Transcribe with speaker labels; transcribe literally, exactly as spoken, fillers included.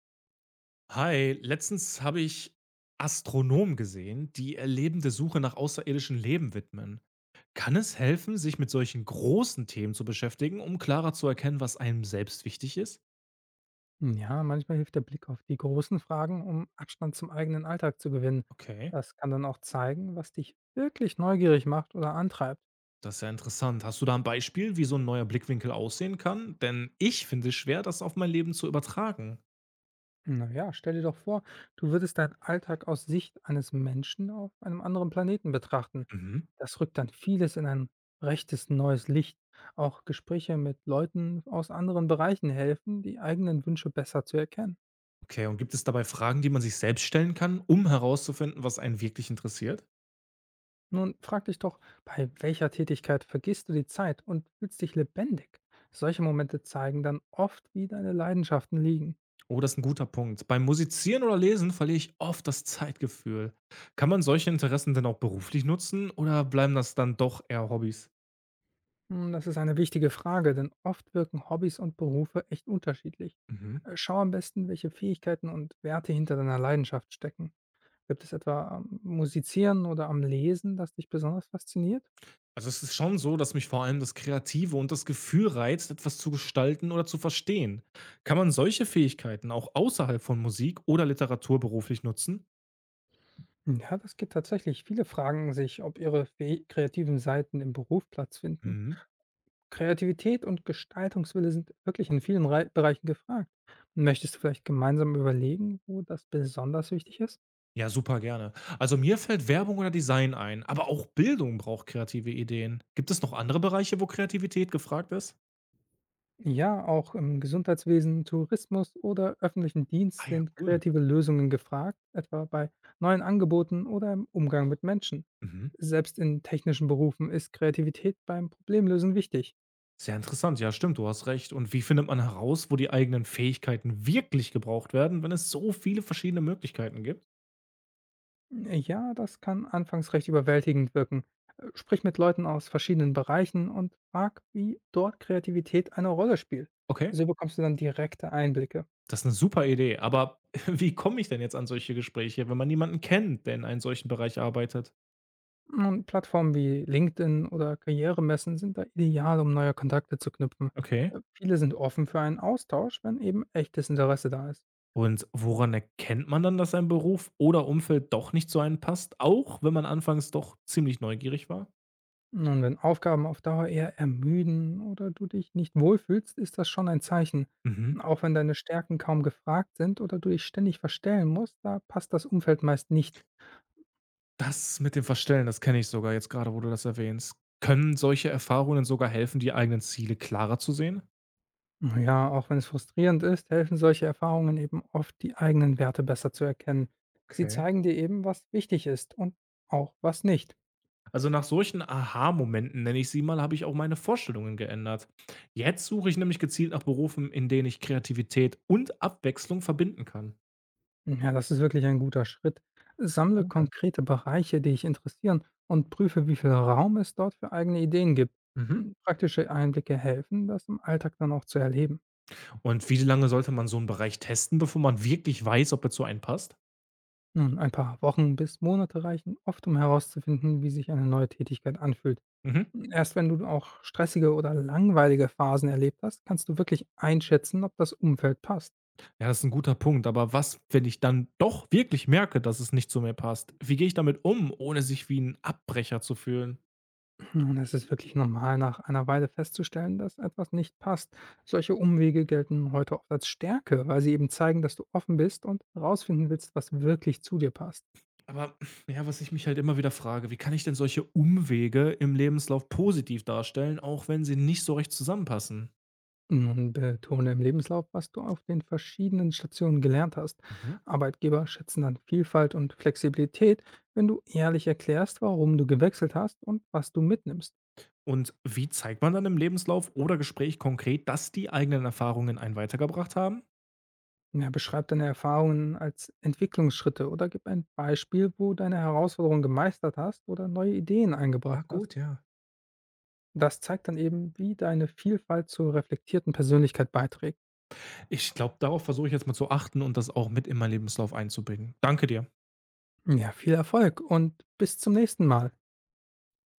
Speaker 1: Hi, letztens habe ich Astronomen gesehen, die ihr Leben der Suche nach außerirdischem Leben widmen. Kann es helfen, sich mit solchen großen Themen zu beschäftigen, um klarer zu erkennen, was einem selbst wichtig ist?
Speaker 2: Hm, Ja, manchmal hilft der Blick auf die großen Fragen, um Abstand zum eigenen Alltag zu gewinnen.
Speaker 1: Okay,
Speaker 2: Das kann dann auch zeigen, was dich wirklich neugierig macht oder antreibt.
Speaker 1: das ist ja interessant. Hast du da ein Beispiel, wie so ein neuer Blickwinkel aussehen kann? Denn ich finde es schwer, das auf mein Leben zu übertragen.
Speaker 2: Naja, stell dir doch vor, du würdest deinen Alltag aus Sicht eines Menschen auf einem anderen Planeten betrachten.
Speaker 1: Mhm.
Speaker 2: Das rückt dann vieles in ein rechtes neues Licht. Auch Gespräche mit Leuten aus anderen Bereichen helfen, die eigenen Wünsche besser zu erkennen.
Speaker 1: Okay, und gibt es dabei Fragen, die man sich selbst stellen kann, um herauszufinden, was einen wirklich interessiert?
Speaker 2: Nun frag dich doch, bei welcher Tätigkeit vergisst du die Zeit und fühlst dich lebendig? Solche Momente zeigen dann oft, wie deine Leidenschaften liegen.
Speaker 1: Oh, das ist ein guter Punkt. Beim Musizieren oder Lesen verliere ich oft das Zeitgefühl. Kann man solche Interessen denn auch beruflich nutzen oder bleiben das dann doch eher Hobbys?
Speaker 2: Hm, Das ist eine wichtige Frage, denn oft wirken Hobbys und Berufe echt unterschiedlich.
Speaker 1: Mhm.
Speaker 2: Äh, Schau am besten, welche Fähigkeiten und Werte hinter deiner Leidenschaft stecken. Gibt es etwa am Musizieren oder am Lesen, das dich besonders fasziniert?
Speaker 1: Also, es ist schon so, dass mich vor allem das Kreative und das Gefühl reizt, etwas zu gestalten oder zu verstehen. Kann man solche Fähigkeiten auch außerhalb von Musik oder Literatur beruflich nutzen?
Speaker 2: Hm, ja, das gibt tatsächlich. Viele fragen sich, ob ihre fäh- kreativen Seiten im Beruf Platz finden.
Speaker 1: Mhm.
Speaker 2: Kreativität und Gestaltungswille sind wirklich in vielen Rei Bereichen gefragt. Möchtest du vielleicht gemeinsam überlegen, wo das besonders wichtig ist?
Speaker 1: Ja, super gerne. Also, mir fällt Werbung oder Design ein, aber auch Bildung braucht kreative Ideen. Gibt es noch andere Bereiche, wo Kreativität gefragt ist?
Speaker 2: Ja, auch im Gesundheitswesen, Tourismus oder öffentlichen Dienst
Speaker 1: Ah ja,
Speaker 2: sind
Speaker 1: cool.
Speaker 2: kreative Lösungen gefragt, etwa bei neuen Angeboten oder im Umgang mit Menschen.
Speaker 1: Mhm.
Speaker 2: Selbst in technischen Berufen ist Kreativität beim Problemlösen wichtig.
Speaker 1: Sehr interessant, ja, stimmt, du hast recht. Und wie findet man heraus, wo die eigenen Fähigkeiten wirklich gebraucht werden, wenn es so viele verschiedene Möglichkeiten gibt?
Speaker 2: Ja, das kann anfangs recht überwältigend wirken. Äh, Sprich mit Leuten aus verschiedenen Bereichen und frag, wie dort Kreativität eine Rolle spielt.
Speaker 1: Okay,
Speaker 2: So bekommst du dann direkte Einblicke.
Speaker 1: das ist eine super Idee, aber wie komme ich denn jetzt an solche Gespräche, wenn man niemanden kennt, der in einem solchen Bereich arbeitet?
Speaker 2: Und Plattformen wie LinkedIn oder Karrieremessen sind da ideal, um neue Kontakte zu knüpfen.
Speaker 1: Okay.
Speaker 2: Äh, Viele sind offen für einen Austausch, wenn eben echtes Interesse da ist.
Speaker 1: Und woran erkennt man dann, dass ein Beruf oder Umfeld doch nicht zu einem passt, auch wenn man anfangs doch ziemlich neugierig war?
Speaker 2: Nun, wenn Aufgaben auf Dauer eher ermüden oder du dich nicht wohlfühlst, ist das schon ein Zeichen.
Speaker 1: Mhm.
Speaker 2: Auch wenn deine Stärken kaum gefragt sind oder du dich ständig verstellen musst, da passt das Umfeld meist nicht.
Speaker 1: Das mit dem Verstellen, das kenne ich sogar jetzt gerade, wo du das erwähnst. Können solche Erfahrungen sogar helfen, die eigenen Ziele klarer zu sehen?
Speaker 2: Ja, auch wenn es frustrierend ist, helfen solche Erfahrungen eben oft, die eigenen Werte besser zu erkennen. Sie
Speaker 1: Okay.
Speaker 2: zeigen dir eben, was wichtig ist und auch was nicht.
Speaker 1: Also nach solchen Aha-Momenten, nenne ich sie mal, habe ich auch meine Vorstellungen geändert. Jetzt suche ich nämlich gezielt nach Berufen, in denen ich Kreativität und Abwechslung verbinden kann.
Speaker 2: Ja, das ist wirklich ein guter Schritt. Sammle
Speaker 1: Danke.
Speaker 2: konkrete Bereiche, die dich interessieren und prüfe, wie viel Raum es dort für eigene Ideen gibt.
Speaker 1: Mhm.
Speaker 2: Hm, Praktische Einblicke helfen, das im Alltag dann auch zu erleben.
Speaker 1: Und wie lange sollte man so einen Bereich testen, bevor man wirklich weiß, ob er zu einem passt?
Speaker 2: Nun, ein paar Wochen bis Monate reichen oft, um herauszufinden, wie sich eine neue Tätigkeit anfühlt.
Speaker 1: Mhm.
Speaker 2: Hm, Erst wenn du auch stressige oder langweilige Phasen erlebt hast, kannst du wirklich einschätzen, ob das Umfeld passt.
Speaker 1: Ja, das ist ein guter Punkt. Aber was, wenn ich dann doch wirklich merke, dass es nicht zu mir passt? Wie gehe ich damit um, ohne sich wie ein Abbrecher zu fühlen?
Speaker 2: Nun, es ist wirklich normal, nach einer Weile festzustellen, dass etwas nicht passt. Solche Umwege gelten heute oft als Stärke, weil sie eben zeigen, dass du offen bist und herausfinden willst, was wirklich zu dir passt.
Speaker 1: Aber ja, was ich mich halt immer wieder frage, wie kann ich denn solche Umwege im Lebenslauf positiv darstellen, auch wenn sie nicht so recht zusammenpassen?
Speaker 2: Nun betone im Lebenslauf, was du auf den verschiedenen Stationen gelernt hast.
Speaker 1: Mhm.
Speaker 2: Arbeitgeber schätzen dann Vielfalt und Flexibilität, wenn du ehrlich erklärst, warum du gewechselt hast und was du mitnimmst.
Speaker 1: Und wie zeigt man dann im Lebenslauf oder Gespräch konkret, dass die eigenen Erfahrungen einen weitergebracht haben?
Speaker 2: Ja, beschreib deine Erfahrungen als Entwicklungsschritte oder gib ein Beispiel, wo deine Herausforderung gemeistert hast oder neue Ideen eingebracht
Speaker 1: Ah,
Speaker 2: hast.
Speaker 1: gut, ja.
Speaker 2: Das zeigt dann eben, wie deine Vielfalt zur reflektierten Persönlichkeit beiträgt.
Speaker 1: Ich glaube, darauf versuche ich jetzt mal zu achten und das auch mit in meinen Lebenslauf einzubringen. Danke dir.
Speaker 2: Ja, viel Erfolg und bis zum nächsten Mal.